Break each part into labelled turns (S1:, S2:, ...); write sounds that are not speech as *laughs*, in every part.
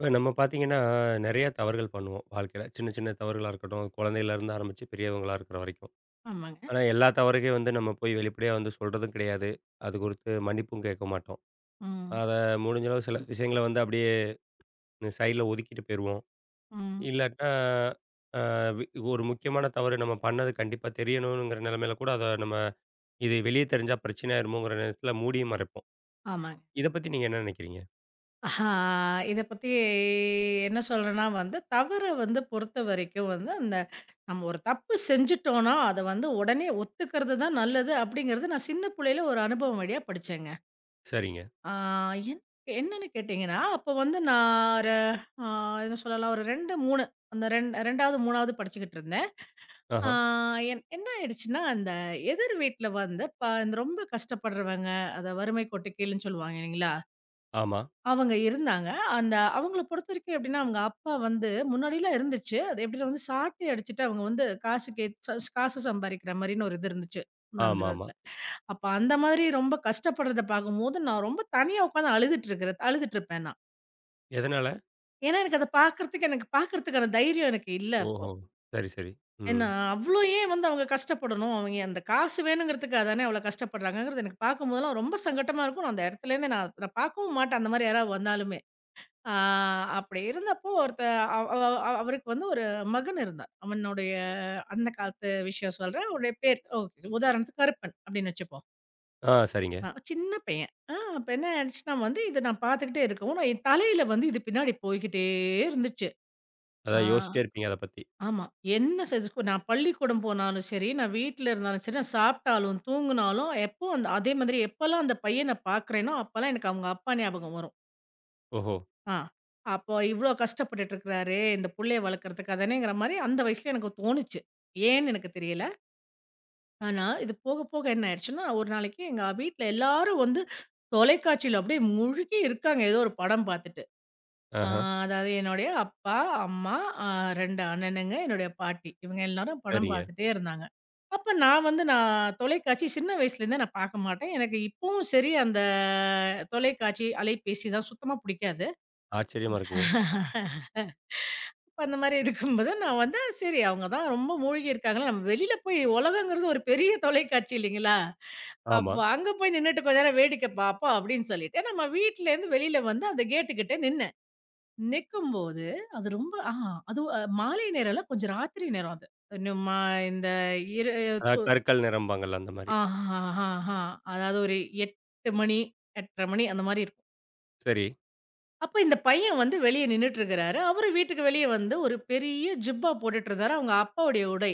S1: இப்ப நம்ம பார்த்தீங்கன்னா, நெறைய தவறுகள் பண்ணுவோம் வாழ்க்கையில. சின்ன சின்ன தவறுகளா இருக்கட்டும், குழந்தையிலருந்து ஆரம்பிச்சு பெரியவங்களா இருக்கிற வரைக்கும்.
S2: ஆமாங்க.
S1: ஆனா, எல்லா தவறுக்கும் வந்து நம்ம போய் வெளிப்படையா வந்து சொல்றதும் கிடையாது. அது குறித்து மன்னிப்பும் கேட்க மாட்டோம்.
S2: ம்,
S1: அத முடிஞ்ச அளவு சில விஷயங்கள வந்து அப்படியே சைட்ல ஒதுக்கிட்டு போயிருவோம்.
S2: ம்.
S1: இல்லாட்டினா, அ வி ஒரு முக்கியமான தவறு நம்ம பண்ணது கண்டிப்பா தெரியணுங்கிற நிலைமையில கூட அத நம்ம இது வெளிய தெரிஞ்சா பிரச்சனை ஆயிருமோங்கிற நேரத்தில மூடியும் மறைப்போம்.
S2: ஆமாங்க.
S1: இத பத்தி நீங்க என்ன நினைக்கிறீங்க?
S2: ஆ இத பத்தி என்ன சொல்றேன்னா வந்து, தவற வந்து பொறுத்தவரைக்கும் வந்து, அந்த நம்ம ஒரு தப்பு செஞ்சுட்டோம்னா, அத வந்து உடனே ஒத்துக்கிறது தான் நல்லது அப்படிங்கிறது நான் சின்ன புள்ளையில ஒரு அனுபவம் வழியா படிச்சேங்க.
S1: சரிங்க.
S2: ஆ என் என்னன்னு கேட்டீங்கன்னா, அப்போ வந்து நான் ஒரு ஆ என்ன சொல்லலாம் ஒரு 2, 3 அந்த ரெண் 2வது, 3வது படிச்சுக்கிட்டு இருந்தேன். ஆ
S1: ஆஹா.
S2: என் என்ன ஆயிடுச்சுன்னா, அந்த எதிர் வீட்ல வந்து இந்த ரொம்ப கஷ்டப்படுறவங்க, அத வறுமை கோட்டுக்கீழ்ன்னு சொல்லுவாங்க இல்லைங்களா?
S1: ஆமா.
S2: அவங்க இருந்தாங்க. அந்த அவங்கள பொறுத்தவரைக்கும் எப்படின்னா, அவங்க அப்பா வந்து முன்னாடிலாம் இருந்துச்சு. அது எப்படின்னா வந்து சாட்டை அடிச்சுட்டு அவங்க வந்து காசு கேட் சஸ் காசு சம்பாரிக்கிற மாரின்னு ஒரு இது இருந்துச்சு. அந்த
S1: ஆமாமா.
S2: காலத்துல. அப்ப அந்த மாதிரி ரொம்ப கஷ்டப்படுறத பார்க்கும்போது, நான் ரொம்ப தனியா உட்காந்து அழுதுட்டுருப்பேன் நான்.
S1: எதனால?
S2: ஏன்னா, எனக்கு அத பார்க்கறதுக்கு எனக்கு பார்க்கறதுக்கான தைரியம் எனக்கு இல்ல அப்போ.
S1: ஓஹோ! சரி, சரி. ம்.
S2: ஏன்னா, அவ்ளோ ஏன் வந்து அவங்க கஷ்டப்படணும்? அவங்க அந்த காசு வேணுங்கிறதுக்காக தானே அவ்ளோ கஷ்டப்படுறாங்கங்கிறது எனக்கு பார்க்கும்போதெல்லாம் ரொம்ப சங்கட்டமா இருக்கும். நான் அந்த இடத்துலேருந்து நான் நான் பார்க்கவும் மாட்டேன் அந்த மாரி யாராவது வந்தாலுமே. ஆ அப்படி இருந்தப்போ ஒருத்த அவ் அவ் அவ் அவருக்கு வந்து ஒரு மகன் இருந்தான். அந்த காலத்து விஷயம் சொல்றேன். அவனுடைய பேர் ஓகே உதாரணத்துக்கு கருப்பன் அப்படின்னு வச்சுப்போம்.
S1: ஆ சரிங்க.
S2: சின்ன பையன். அப்ப என்ன ஆயிடுச்சுன்னா வந்து இத நான் பார்த்துக்கிட்டே இருக்கவும், நான் என் தலையில வந்து இது பின்னாடி போய்க்கிட்டே இருந்துச்சு. ஆ.
S1: அதான் யோசிச்சிட்டே இருப்பீங்க அத பத்தி.
S2: ஆமா. என்ன செஞ்சு நான் பள்ளிக்கூடம் போனாலும் சரி, நான் வீட்ல இருந்தாலும் சரி, நான் சாப்பிட்டாலும், தூங்குனாலும் எப்போ அந்த அதே மாதிரி எப்போலாம் அந்த பையன பார்க்குறேனோ, அப்பலாம் எனக்கு அவங்க அப்பா ஞாபகம் வரும்.
S1: ஓஹோ!
S2: ஆ. அப்போ இவ்ளோ கஷ்டப்பட்டுட்டு இருக்கிறாரே! இந்த புள்ளைய வளர்க்கறதுக்கு அதானேங்கிற மாரி அந்த வயசுல எனக்கு தோணுச்சு. ஏன்னு எனக்கு தெரியல. ஆனா, இது போக போக என்ன ஆயிடுச்சுன்னா, ஒரு நாளைக்கு எங்க வீட்ல எல்லாரும் வந்து தொலைக்காட்சியில அப்படியே முழுகி இருக்காங்க. ஏதோ ஒரு படம் பார்த்துட்டு. ஆ
S1: ஆஹா.
S2: அதாவது என்னுடைய அப்பா, அம்மா, அ 2 அண்ணனுங்க, என்னுடைய பாட்டி. இவங்க எல்லாரும் படம்
S1: சரிங்க.
S2: பார்த்துட்டே இருந்தாங்க. அப்ப நான் தொலைக்காட்சி சின்ன வயசுலேருந்தே நான் பார்க்க மாட்டேன். எனக்கு இப்பவும் சரி அந்த தொலைக்காட்சி, அலைபேசி இதெல்லாம் சுத்தமா பிடிக்காது.
S1: ஆச்சரியமா இருக்குங்க.
S2: *laughs* அப்ப அந்த மாரி இருக்கும்போது, நான் வந்து சரி அவங்க தான் ரொம்ப மூழ்கி இருக்காங்களா, நம்ம வெளியில போய் உலகங்கிறது ஒரு பெரிய தொலைக்காட்சி இல்லைங்களா?
S1: ஆமா.
S2: அப்போ அங்க போய் நின்னுட்டு கொஞ்ச நேரம் வேடிக்கை பார்ப்போம் அப்படின்னு சொல்லிட்டு, நம்ம வீட்லேருந்து வெளியில வந்து அந்த கேட்டு கிட்ட நின்னேன். நிக்கும்போது அது ரொம்ப ஆ அது மாலை நேரம் இல்ல, கொஞ்சம் ராத்திரி நேரம் அது. நம்ம இந்த இரு
S1: அதாவது கருக்கல் நிறம்பாங்கல்ல அந்த மாரி.
S2: ஆஹா, ஆஹா. ஆஹா. அதாவது ஒரு 8 மணி, 8:30 மணி அந்த மாரி இருக்கும்.
S1: சரி.
S2: அப்ப இந்த பையன் வந்து வெளிய நின்னுட்டுருக்கிறாரு. அவரு வீட்டுக்கு வெளிய வந்து ஒரு பெரிய ஜிப்பா போட்டுட்டு இருந்தாரு. அவங்க அப்பாவுடைய உடை.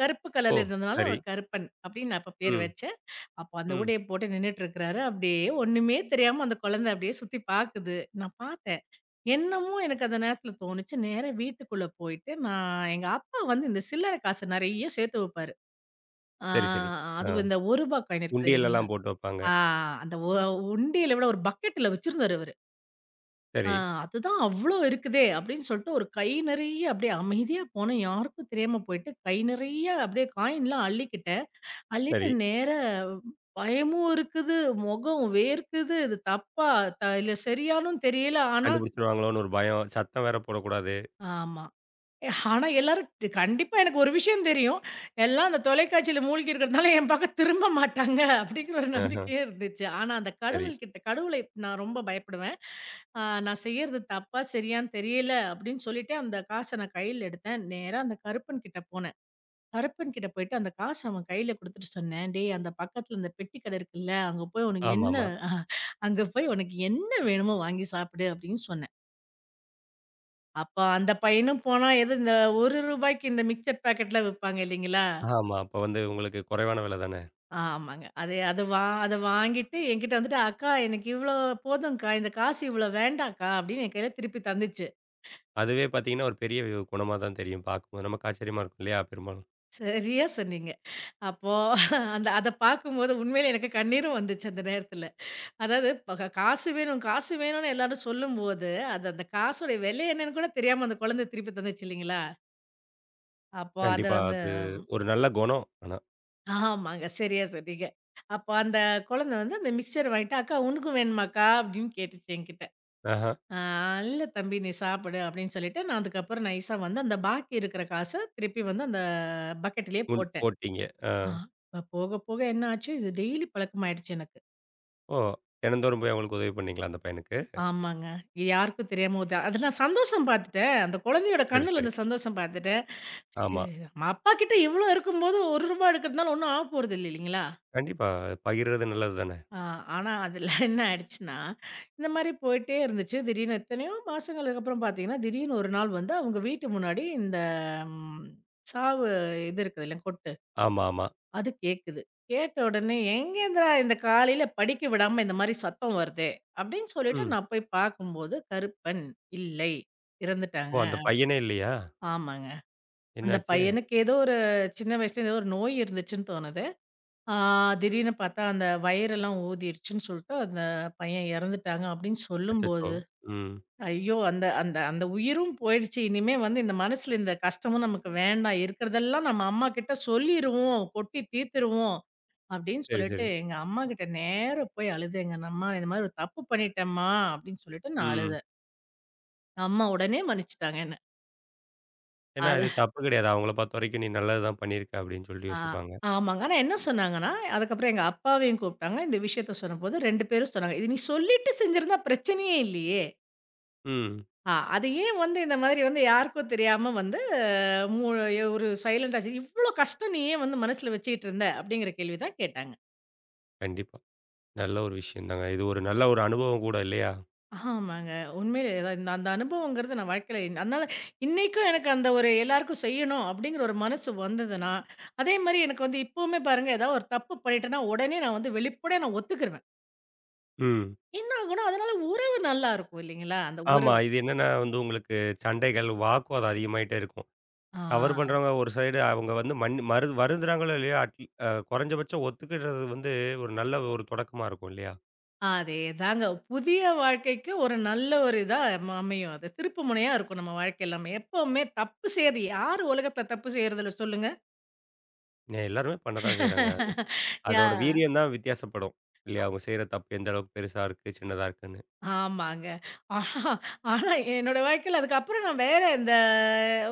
S2: கருப்பு
S1: ஓ!
S2: கலர்ல இருந்ததுனால
S1: சரி.
S2: அவர் கருப்பன் அப்படின்னு நான் அப்ப பேர்
S1: ம்,
S2: வச்சேன். அப்ப அந்த
S1: ம்.
S2: உடைய போட்டு நின்னுட்டுருக்கிறாரு. அப்படியே ஒண்ணுமே தெரியாம அந்த குழந்தை அப்படியே சுத்தி பாக்குது. நான் பார்த்தேன். என்னமோ எனக்கு அந்த நேரத்துல தோணுச்சு. நேரா வீட்டுக்குள்ள போயிட்டு நான் எங்க அப்பா வந்து இந்த சில்லற காசு நெறைய சேர்த்து வைப்பாரு. ஆ
S1: சரி, சரி. ஆ.
S2: அதுவும் இந்த ரூ. 1 காயின் இருக்குது இல்லைங்களா?
S1: உண்டியல்லலாம் போட்டு வைப்பாங்க.
S2: ஆ அந்த ஒ உண்டியல விட ஒரு பக்கெட்ல வச்சிருந்தாரு அவரு. ஆ
S1: சரி,
S2: அதுதான் அவ்ளோ இருக்குதே! அப்படின்னு சொல்லிட்டு ஒரு கை நெறைய அப்படியே அமைதியா போனேன். யாருக்கும் தெரியாம போயிட்டு, கை நெறைய அப்படியே காயின்லாம் அள்ளிக்கிட்டேன். அள்ளிட்டு
S1: சரி.
S2: நேரா பயமும் இருக்குது, முகம் வேர்க்குது, இது தப்பா? இல்ல சரியானும் தெரியல. ஆனா.
S1: கண்டுபிடிச்சுருவாங்களோன்னு ஒரு பயம். சத்தம் வேற போடக்கூடாது.
S2: ஆமா. ஆனா எல்லாரும் கண்டிப்பா எனக்கு ஒரு விஷயம் தெரியும். எல்லாம் அந்த தொலைக்காட்சியில மூழ்கி இருக்கிறதுனால என் பக்கம் திரும்ப மாட்டாங்க அப்படிங்கிற ஒரு
S1: ஆஹா.
S2: நம்பிக்கையே இருந்துச்சு. ஆனா அந்த
S1: சரி.
S2: கடவுளை நான் ரொம்ப பயப்படுவேன். நான் செய்யறது தப்பா, சரியான்னு தெரியல அப்படின்னு சொல்லிட்டு அந்த காச நான் கையில எடுத்தேன். நேரா அந்த கருப்பன் கிட்ட போனேன். கருப்பன் கிட்ட போயிட்டு அந்த காச அவன் கையில குடுத்துட்டு சொன்னேன். "டேய் அந்த பக்கத்துல அந்த பெட்டி கடை இருக்குல்ல,
S1: ஆமாமா.
S2: அஹ், அங்க போய் உனக்கு என்ன வேணுமோ வாங்கி சாப்பிடு" அப்படின்னு சொன்னேன். அப்ப அந்த பையனும் போனா எது இந்த ரூ. 1க்கு இந்த மிக்சர் பாக்கெட்லாம் விப்பாங்க இல்லைங்களா?
S1: ஆமா. அப்ப வந்து உங்களுக்கு குறைவான விலை தானே.
S2: ஆமாங்க. அது அது வா அத வாங்கிட்டு என்கிட்ட வந்துட்டு, "அக்கா எனக்கு இவ்வளோ போதும்க்கா. இந்த காசு இவ்வளோ வேண்டாம்க்கா" அப்படின்னு என் கையில திருப்பி தந்துச்சு.
S1: அதுவே பார்த்தீங்கன்னா, ஒரு பெரிய குணமா தான் தெரியும் பார்க்கும்போது. நமக்கு ஆச்சரியமா இருக்கும் இல்லையா? பெரும்பாலும்.
S2: சரியா சொன்னீங்க. அப்போ அந்த அத பார்க்கும்போது உண்மையிலே எனக்கு கண்ணீரும் வந்துச்சு அந்த நேரத்துல. அதாவது ப க காசு வேணும், காசு வேணும்னு எல்லாரும் சொல்லும்போது, அது அந்த காசோடைய விலை என்னன்னு கூட தெரியாம அந்த குழந்தை திருப்பி தந்துச்சு இல்லைங்களா? அப்போ அத
S1: கண்டிப்பா.
S2: வந்து
S1: அது
S2: ம்,
S1: ஒரு நல்ல குணம். ஆனா.
S2: ஆமாங்க. சரியா சொன்னீங்க. அப்போ அந்த குழந்தை வந்து அந்த மிக்ஸ்சர் வாங்கிட்டு, "அக்கா உனக்கும் வேணுமாக்கா?" அப்படின்னு கேட்டுச்சு என்கிட்ட.
S1: ஆஹ.
S2: ஆ "இல்ல தம்பி நீ சாப்பிடு" அப்படின்னு சொல்லிட்டு, நான் அதுக்கப்புறம் நைஸா வந்து அந்த பாக்கி இருக்கிற காச திருப்பி வந்து அந்த பக்கெட்லயே
S1: முன்
S2: போட்டேன்.
S1: போட்டீங்க. ஆ.
S2: ஆ. இப்ப போக, போக என்ன ஆச்சு, இது டெய்லி பழக்கமாயிடுச்சு எனக்கு.
S1: ஓ! தினந்தோறும் போய் அவங்களுக்கு உதவி பண்ணீங்களா அந்த பையனுக்கு?
S2: ஆமாங்க. இது யாருக்கும் தெரியாம உத அதெல்லாம் சந்தோஷம் பார்த்துட்டேன். அந்த குழந்தையோட
S1: சரி,
S2: கண்ணுல
S1: சரி.
S2: அந்த சந்தோஷம் பார்த்துட்டேன்.
S1: ஆமா.
S2: சரி நம்ம அப்பா கிட்ட இவ்வளோ இருக்கும்போது ரூ. 1 எடுக்கிறதுனால ஒண்ணும் ஆக போறதில்ல இல்லைங்களா?
S1: கண்டிப்பா. பகிர்றது நல்லது தானே!
S2: ஆ ஆனா அதில *laughs* என்ன ஆயிடுச்சுன்னா, இந்த மாரி போயிட்டே இருந்துச்சு. திடீர்னு எத்தனையோ மாசங்களுக்கு அப்புறம் பார்த்தீங்கன்னா, திடீர்னு ஒரு நாள் வந்து அவங்க வீட்டு முன்னாடி இந்த ம் சாவு இது இருக்குது இல்ல கொட்டு
S1: ஆமா, ஆமா.
S2: அது கேக்குது. கேட்ட உடனே, எங்கேருந்துடா இந்த காலையில படிக்க விடாம இந்த மாரி சத்தம் வருதே! அப்படின்னு சொல்லிட்டு
S1: ம்.
S2: நான் போய் பார்க்கும்போது, கருப்பன் இல்லை.
S1: ஓ!
S2: இறந்துட்டாங்க.
S1: அந்த பையனே இல்லையா?
S2: ஆமாங்க. அந்த
S1: என்னாச்சு?
S2: பையனுக்கு ஏதோ ஒரு சின்ன வயசுல ஏதோ ஒரு நோய் இருந்துச்சுன்னு தோணுது. ஆ திடீர்னு பார்த்தா அந்த வயிறெல்லாம் ஊதிருச்சுன்னு சொல்லிட்டு, அந்த பையன் இறந்துட்டாங்க அப்படின்னு
S1: அச்சச்சோ!
S2: சொல்லும்போது,
S1: ம்.
S2: ஐயோ! அந்த அந்த அந்த உயிரும் போயிடுச்சு. இனிமே வந்து இந்த மனசுல இந்த கஷ்டமும் நமக்கு வேண்டாம். இருக்கிறதெல்லாம் நம்ம அம்மாகிட்ட சொல்லிருவோம். கொட்டி தீர்த்துருவோம். அப்படின்னு
S1: சரி,
S2: சொல்லிட்டு
S1: சரி.
S2: எங்க அம்மா கிட்ட நேரா போய் அழுதேங்க. நான் அம்மா இந்த மாதிரி ஒரு தப்பு பண்ணிட்டேன்ம்மா அப்படின்னு சொல்லிட்டு நான்
S1: ம்.
S2: அழுதேன். அம்மா உடனே மன்னிச்சுட்டாங்க என்ன.
S1: ஏன்னா
S2: அது
S1: இது தப்பு கிடையாது. அவங்கள பொறுத்தவரைக்கும் நீ நல்லது தான் பண்ணியிருக்க அப்படின்னு சொல்லிட்டு
S2: ஆ
S1: யோசிப்பாங்க.
S2: ஆமாங்க. ஆனா என்ன சொன்னாங்கன்னா, அதுக்கப்புறம் எங்க அப்பாவையும் கூப்பிட்டாங்க. இந்த விஷயத்த சொன்னபோது 2 பேரும் சொன்னாங்க. "இது நீ சொல்லிட்டு செஞ்சிருந்தா பிரச்சனையே இல்லையே.
S1: ம்.
S2: அது ஏன் வந்து இந்த மாதிரி வந்து யாருக்கும் தெரியாம வந்து மூ ஒரு சைலன்ட் ஆச்சு. இவ்ளோ கஷ்டம் நீ ஏன் வந்து மனசுல வச்சுக்கிட்டு இருந்த?" அப்படிங்கிற கேள்வி தான் கேட்டாங்க.
S1: கண்டிப்பா. நல்ல ஒரு விஷயம் தாங்க. இது ஒரு நல்ல ஒரு அனுபவம் கூட இல்லையா?
S2: ஆமாங்க. உண்மையிலே அதான் இந்த அந்த அனுபவங்கிறது நான் வாழ்க்கையில அதனால இன்னைக்கும் எனக்கு அந்த ஒரு எல்லாருக்கும் செய்யணும் அப்படிங்கிற ஒரு மனசு வந்ததுன்னா, அதே மாரி எனக்கு வந்து இப்பவுமே பாருங்க ஏதாவது ஒரு தப்பு பண்ணிட்டேன்னா, உடனே நான் வந்து வெளிப்படையா நான் ஒத்துக்கிருவேன்.
S1: ம்.
S2: என்ன ஆகும்னா, அதனால உறவு நல்லா இருக்கும் இல்லைங்களா? அந்த
S1: ஆமா.
S2: உறவு.
S1: இது என்னன்னா வந்து உங்களுக்கு சண்டைகள், வாக்குவாதம் அதிகமாயிட்டே இருக்கும்.
S2: ஆ,
S1: கவர்
S2: ஆ.
S1: பண்றவங்க ஒரு சைடு அவங்க வந்து மரு வருந்துறாங்களோ இல்லையோ குறைஞ்சபட்சம் ஒத்துக்கிடுறது வந்து ஒரு நல்ல ஒரு தொடக்கமா இருக்கும் இல்லையா?
S2: அதேதாங்க. புதிய வாழ்க்கைக்கு ஒரு நல்ல ஒரு இதா அமையும் அது. திருப்பு முனையா இருக்கும் நம்ம வாழ்க்கை எல்லாமே. எப்பவுமே தப்பு செய்றது யாரு உலகத்தில தப்பு செய்றதில்ல சொல்லுங்க?
S1: ஏ எல்லாருமே பண்ண தான் செய்றாங்க அது.
S2: *laughs* யா
S1: அதோட வீரியம் தான் வித்தியாசப்படும். இல்லையா? அவங்க செய்ற தப்பு எந்த அளவுக்கு பெருசா இருக்கு, சின்னதா இருக்குன்னு.
S2: ஆமாங்க. ஆனா ஆனா என்னோட வாழ்க்கையில அதுக்கப்புறம் நான் வேற இந்த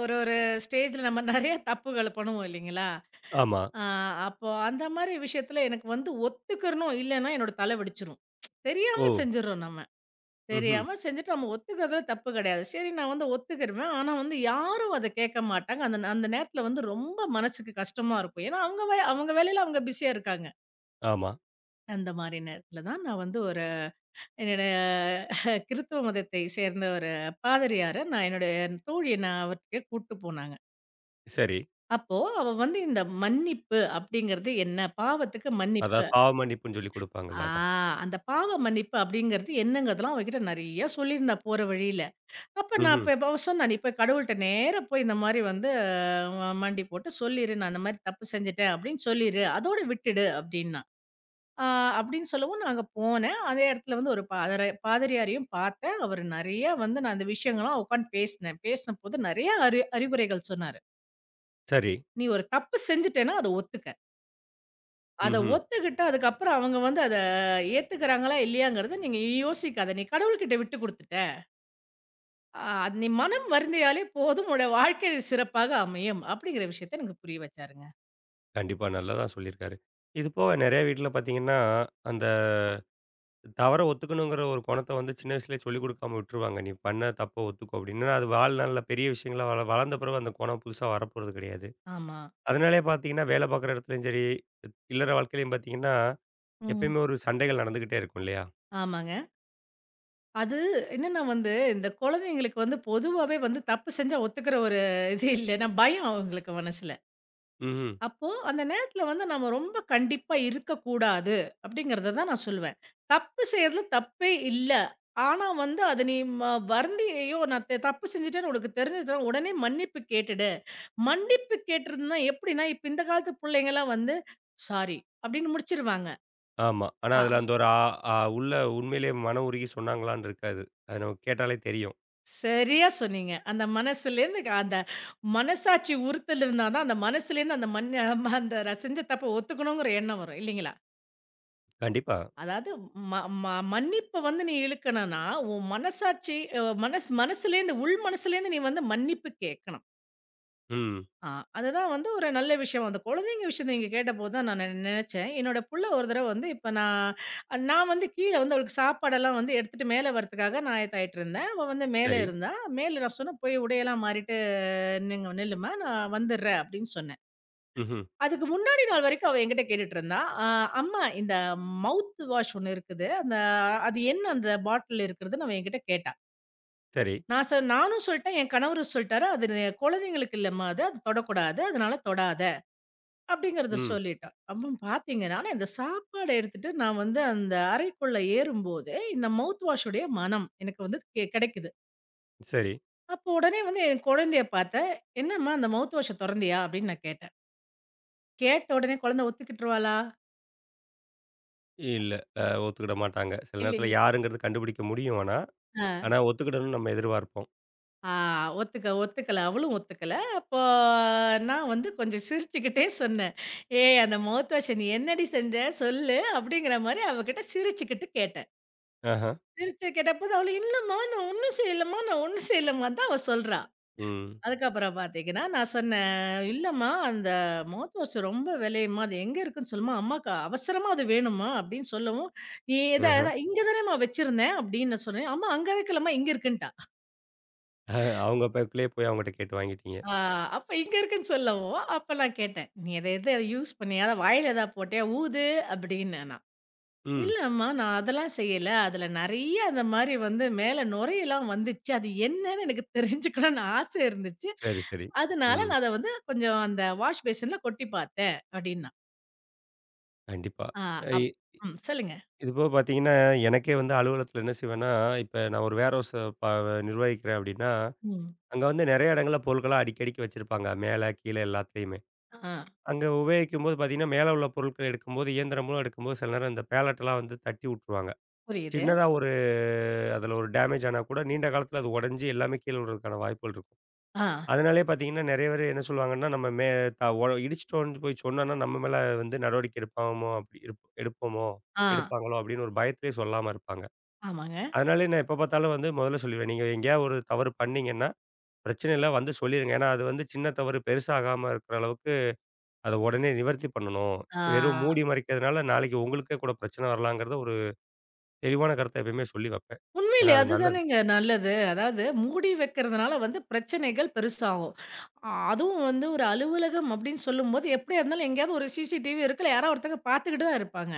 S2: ஒரு ஒரு ஸ்டேஜ்ல நம்ம நெறைய தப்புகள் பண்ணுவோம் இல்லைங்களா?
S1: ஆமா.
S2: ஆ அப்போ அந்த மாரி விஷயத்துல எனக்கு வந்து ஒத்துக்கிறணும் இல்லன்னா என்னோட தலை வெடிச்சுரும்.
S1: ஓ!
S2: தெரியாம செஞ்சுர்றோம் நம்ம.
S1: ம்ஹ்ம்.
S2: தெரியாம செஞ்சுட்டு நம்ம ஒத்துக்கிறதுல தப்பு கெடையாது. சரி நான் வந்து ஒத்துக்கிருவேன். ஆனா வந்து யாரும் அத கேட்க மாட்டாங்க. அந்த அந்த நேரத்துல வந்து ரொம்ப மனசுக்கு கஷ்டமா இருக்கும். ஏன்னா அவங்க வேலையில அவங்க பிஸியா இருக்காங்க.
S1: ஆமா.
S2: அந்த மாரி நேரத்துல தான் நான் வந்து ஒரு என்னுடைய கிறித்துவ மதத்தை சேர்ந்த ஒரு பாதிரியார நான் என்னுடைய தோழிய நான் அவர்கிட்ட கூட்டு போனாங்க.
S1: சரி.
S2: அப்போ அவ வந்து இந்த மன்னிப்பு அப்படிங்கிறது என்ன? பாவத்துக்கு மன்னிப்பு.
S1: அதான் பாவ மன்னிப்புன்னு சொல்லி குடுப்பாங்கல்ல
S2: ஆ
S1: அதான்.
S2: அந்த பாவ மன்னிப்பு அப்படிங்கிறது என்னங்கிறதெல்லாம் அவகிட்ட நெறைய சொல்லியிருந்தா போற வழியில. அப்ப நான்
S1: ம்ஹ்ம்.
S2: இப்ப இப்ப அவ சொன்னா, "நீ போய் கடவுள்ட்ட நேரா போய் இந்த மாரி வந்து ம மண்டி போட்டு சொல்லிரு. நான் இந்த மாரி தப்பு செஞ்சுட்டேன்" அப்படின்னு சொல்லிரு. அதோட விட்டுடு அப்படின்னா. ஆ அப்படின்னு சொல்லவும் நான் அங்க போனேன். அதே இடத்துல வந்து ஒரு பாதிரியாரையும் பார்த்தேன். அவரு நெறையா வந்து நான் அந்த விஷயங்கள்லாம் உட்காந்து பேசினேன். பேசினபோது நெறையா அறிவுரைகள் சொன்னாரு.
S1: சரி.
S2: "நீ ஒரு தப்பு செஞ்சுட்டேன்னா அத ஒத்துக்க. அத
S1: ம்ஹ்ம்.
S2: ஒத்துக்கிட்டு அதுக்கப்புறம் அவங்க வந்து அத ஏத்துக்கிறாங்களா, இல்லையாங்கிறத நீங்க யோசிக்காத. நீ கடவுள்கிட்ட விட்டு குடுத்துட்ட. அ நீ மனம் வருந்தியாலே போதும் உன்னோட வாழ்க்கை சிறப்பாக அமையும்." அப்படிங்கிற விஷயத்த எனக்கு புரிய வச்சாருங்க.
S1: கண்டிப்பா. நல்லா தான் சொல்லியிருக்காரு. இது போக நெறைய வீட்ல பார்த்தீங்கன்னா, அந்த தவற ஒத்துக்கணுங்கிற ஒரு குணத்த வந்து சின்ன வயசுலயே சொல்லிக் குடுக்காம விட்டுருவாங்க. நீ பண்ண தப்ப ஒத்துக்கோ அப்படின்னு. அது வாழ்நாள்ல பெரிய விஷயங்களா வளர்ந்த பிறகு அந்த குணம் புதுசா வரப்போறது கிடையாது.
S2: ஆமா.
S1: அதனாலேயே பார்த்தீங்கன்னா, வேலை பார்க்குற இடத்துலயும் சரி, இல்லற வாழ்க்கையிலயும் பார்த்தீங்கன்னா,
S2: ம்.
S1: எப்பயுமே ஒரு சண்டைகள் நடந்துகிட்டே இருக்கும் இல்லையா?
S2: ஆமாங்க. அது என்னன்னா வந்து, இந்த குழந்தைங்களுக்கு வந்து பொதுவாவே வந்து தப்பு செஞ்சா ஒத்துக்கிற ஒரு இது இல்லன்னா பயம் அவங்களுக்கு மனசுல.
S1: ம்ஹ்ம்.
S2: அப்போ அந்த நேரத்துல வந்து நம்ம ரொம்ப கண்டிப்பா இருக்கக்கூடாது அப்படிங்கிறத தான் நான் சொல்லுவேன். தப்பு செய்றதுல தப்பே இல்ல. ஆனா வந்து அத நீ ம வருந்தி "ஐயோ! நான் த தப்பு செஞ்சுட்டேன்னு உனக்கு தெரிஞ்சிருச்சுனா உடனே மன்னிப்பு கேட்டுடு." மன்னிப்பு கேட்டுருந்தா எப்படின்னா, இப்ப இந்த காலத்து புள்ளைங்கலாம் வந்து, "சாரி" அப்படின்னு முடிச்சிருவாங்க.
S1: ஆமா. ஆனா
S2: அ
S1: அதுல அந்த ஒரு ஆ ஆ உள்ள உண்மையிலேயே மன உருகி சொன்னாங்களான்னு இருக்காது. அது நமக்கு கேட்டாலே தெரியும்.
S2: சரியா சொன்னீங்க. அந்த மனசுலேருந்து அந்த மனசாட்சி உறுத்தல் இருந்தா தான், அந்த மனசுலேருந்து அந்த நான் செஞ்ச தப்ப ஒத்துக்கணுங்கிற எண்ணம் வரும் இல்லைங்களா?
S1: கண்டிப்பா.
S2: அதாவது ம ம மன்னிப்ப வந்து நீ இழுக்கணும்னா, உன் மனசாட்சி அ மனசு மனசுலேருந்து உள் மனசுலேருந்து நீ வந்து மன்னிப்பு கேட்கணும்.
S1: ம்.
S2: ஆ அதுதான் வந்து ஒரு நல்ல விஷயம். அந்த குழந்தைங்க விஷயத்த நீங்க கேட்டபோது தான் நான் நெனச்சேன். என்னோட புள்ள ஒரு தடவ வந்து இப்ப நான் நான் வந்து கீழ வந்து அவளுக்கு சாப்பாடெல்லாம் வந்து எடுத்துட்டு மேல வரதுக்காக நான் ஆயத்தாயிட்டு இருந்தேன். அவ வந்து மேல
S1: சரி.
S2: இருந்தா. மேல நான் சொன்னேன், "போய் உடையெல்லாம் மாறிட்டு" நீங்க நில்லுமா நான் வந்துடுறேன் அப்படின்னு சொன்னேன்.
S1: ம்ஹ்ம்.
S2: அதுக்கு முன்னாடி நாள் வரைக்கும் அவ என்கிட்ட கேட்டுட்டு இருந்தா, அ அம்மா இந்த மவுத் வாஷ் ஒண்ணு இருக்குது. அந்த அது என்ன அந்த பாட்டில் இருக்கிறதுன்னு அவ என்கிட்ட கேட்டா.
S1: சரி.
S2: நான் சொ நானும் சொல்லிட்டேன், என் கணவரும் சொல்லிட்டாரு. அது நி- குழந்தைங்களுக்கு இல்லம்மா அது. அது தொடக்கூடாது. அதனால தொடாத அப்படிங்கிறத
S1: ம்.
S2: சொல்லிட்டோம். அப்ப பார்த்தீங்கன்னா, இந்த சாப்பாட எடுத்துட்டு நான் வந்து அந்த அறைக்குள்ள ஏறும்போது, இந்த மவுத் வாஷுடைய மணம் எனக்கு வந்து கிடைக்குது.
S1: சரி.
S2: அப்போ உடனே வந்து என் குழந்தைய பார்த்தேன். "என்னம்மா அந்த மவுத் வாஷ தொறந்தியா?" அப்படின்னு நான் கேட்டேன். கேட்ட உடனே குழந்தை ஒத்துக்கிட்டுருவாளா?
S1: இல்ல. அ ஒத்துக்கிட மாட்டாங்க. சில நேரத்துல
S2: இல்லைங்க.
S1: யாருங்கிறது கண்டுபிடிக்க முடியும் ஆனா.
S2: அ,
S1: ஆனா, ஒத்துக்கிடணும்னு நம்ம எதிர்பார்ப்போம்.
S2: ஆ ஒத்துக்க ஒத்துக்கல. அவளும் ஒத்துக்கல. அப்போ நான் வந்து கொஞ்சம் சிரிச்சுக்கிட்டே சொன்னேன். "ஏய் அந்த மவுத் வாஷ நீ என்னடி செஞ்ச? சொல்லு" அப்படிங்கிற மாரி அவகிட்ட சிரிச்சுக்கிட்டு கேட்டேன்.
S1: ஆஹா.
S2: சிரிச்சு கேட்டபோது அவளு "இல்லம்மா நான் ஒண்ணும் செய்யலம்மா, நான் ஒண்ணும் செய்யலம்மா" தான் அவ சொல்றா.
S1: ம்.
S2: அதுக்கப்புறம் பார்த்தீங்கன்னா, நான் சொன்னேன், "இல்லம்மா, அந்த மவுத் வாஷ் ரொம்ப விலையும்மா. அது எங்க இருக்குன்னு சொல்லும்மா. அம்மாக்கு அவசரமா அது வேணும்மா" அப்படின்னு சொல்லவும், "நீ எத
S1: ம்ஹ்ம்.
S2: எத இங்க தானேம்மா வச்சிருந்தேன்" அப்படின்னு நான் சொன்னேன். "அம்மா அங்க வைக்கலம்மா, இங்க இருக்குன்ட்டா."
S1: அவங்க பேக்குலயே போய் அவங்கட்ட கேட்டு வாங்கிட்டீங்க.
S2: ஆ அப்ப இங்க இருக்குன்னு சொல்லவும், அப்ப நான் கேட்டேன், "நீ எத எத யூஸ் பண்ணியா? வாயில எதா போட்டியா? ஊது" அப்படின்னு.
S1: ம்.
S2: இல்லம்மா. நான் அதெல்லாம் செய்யல. அதுல நெறைய அந்த மாரி வந்து மேல நுரையெல்லாம் வந்துச்சு. அது என்னன்னு எனக்கு தெரிஞ்சுக்கணும்னு ஆசை இருந்துச்சு.
S1: சரி, சரி.
S2: அதனால
S1: ம்.
S2: நான் அத வந்து கொஞ்சம் அந்த வாஷ் பேசின்ல கொட்டி பார்த்தேன் அப்டின்னா.
S1: கண்டிப்பா.
S2: ஆ.
S1: இ
S2: அப் ம். சொல்லுங்க.
S1: இது போக பார்த்தீங்கன்னா, எனக்கே வந்து அலுவலகத்தில என்ன செய்வேன்னா, இப்ப நான் ஒரு வேர் ஹவுஸ ப நிர்வகிக்கிறேன் அப்படின்னா,
S2: ம்.
S1: அங்க வந்து நெறைய இடங்கள்ல பொருட்கள அடிக்கடிக்கு வச்சிருப்பாங்க. மேல, கீழ எல்லாத்துலயுமே.
S2: ஆ
S1: அங்க உபயோகிக்கும்போது பார்த்தீங்கன்னா, மேல உள்ள பொருட்கள் எடுக்கும்போது, இயந்திரம் எடுக்கும்போது சில நேரம் இந்த பேலட்லாம் வந்து தட்டி உட்டுருவாங்க.
S2: புரியுது.
S1: சின்னதா ஒரு அதில ஒரு டேமேஜ் ஆனா கூட நீண்ட காலத்தில அது உடைஞ்சு எல்லாமே கீழ விழுறதுக்கான வாய்ப்புகள் இருக்கும்.
S2: ஆ,
S1: அதனாலயே பார்த்தீங்கன்னா, நெறைய பேரு என்ன சொல்லுவாங்கன்னா, நம்ம மே த ஒ இடிச்சுட்டோன்னு போய் சொன்னோம்னா, நம்ம மேல வந்து நடவடிக்கை எடுப்பாமோ அப்படி இருப் எடுப்போமோ,
S2: ஆ.
S1: எடுப்பாங்களோ அப்படின்னு ஒரு பயத்திலேயே சொல்லாம இருப்பாங்க.
S2: ஆமாங்க.
S1: அதனாலயே நான் எப்ப பார்த்தாலும் வந்து முதல்ல சொல்லிருவேன். நீங்க எங்கேயாவது ஒரு தவறு பண்ணீங்கன்னா, பிரச்சனை இல்ல வந்து சொல்லிருங்க. ஏன்னா, அது வந்து சின்ன தவறு பெருசாகாம இருக்கிற அளவுக்கு அத உடனே நிவர்த்தி பண்ணணும்.
S2: ஆ.
S1: வெறும் மூடி மறைக்கிறதுனால நாளைக்கு உங்களுக்கே கூட பிரச்சனை வரலாங்கிறத ஒரு தெளிவான கருத்த எப்பயுமே சொல்லி வைப்பேன்.
S2: உண்மையிலே
S1: ஏன்னா, அது நல்லது.
S2: அதுதானேங்க நல்லது. அதாவது மூடி வைக்கிறதுனால வந்து பிரச்சனைகள் பெருசாகும். ஆ, அதுவும் வந்து ஒரு அலுவலகம் அப்டின்னு சொல்லும்போது, எப்டியா இருந்தாலும் எங்கேயாவது ஒரு சிசிடிவி இருக்குல்ல. யாராவது ஒருத்தங்க பார்த்துக்கிட்டு தான் இருப்பாங்க.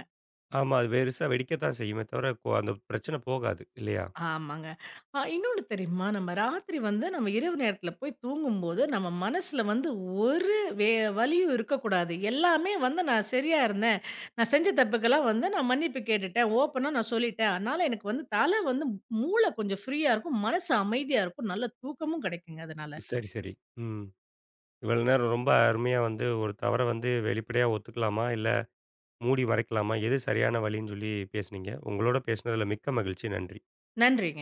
S1: ஆமா, அது பெருசா வெடிக்கத்தான் செய்யுமே தவிர, அந்த பிரச்சனை போகாது இல்லையா?
S2: ஆமாங்க. இன்னொன்னு தெரியுமா? நம்ம ராத்திரி வந்து நம்ம இரவு நேரத்தில போய் தூங்கும்போது, நம்ம மனசுல வந்து ஒரு வே வலியும் இருக்கக்கூடாது. எல்லாமே வந்து நான் சரியா இருந்தேன். நான் செஞ்ச தப்புக்கெல்லாம் வந்து நான் மன்னிப்பு கேட்டுட்டேன். ஓப்பனா நான் சொல்லிட்டேன். அதனால எனக்கு வந்து தலை வந்து மூளை கொஞ்சம் ஃப்ரீயா இருக்கும். மனசு அமைதியா இருக்கும். நல்ல தூக்கமும் கிடைக்குங்க அதனால.
S1: சரி, சரி. ம். இவ்வளோ நேரம் ரொம்ப அருமையா வந்து ஒரு தவற வந்து வெளிப்படையா ஒத்துக்கலாமா? இல்ல மூடி மறைக்கலாமா? எது சரியான வழின்னு சொல்லி பேசுனீங்க. உங்களோட பேசினதுல மிக்க மகிழ்ச்சி. நன்றி.
S2: நன்றிங்க.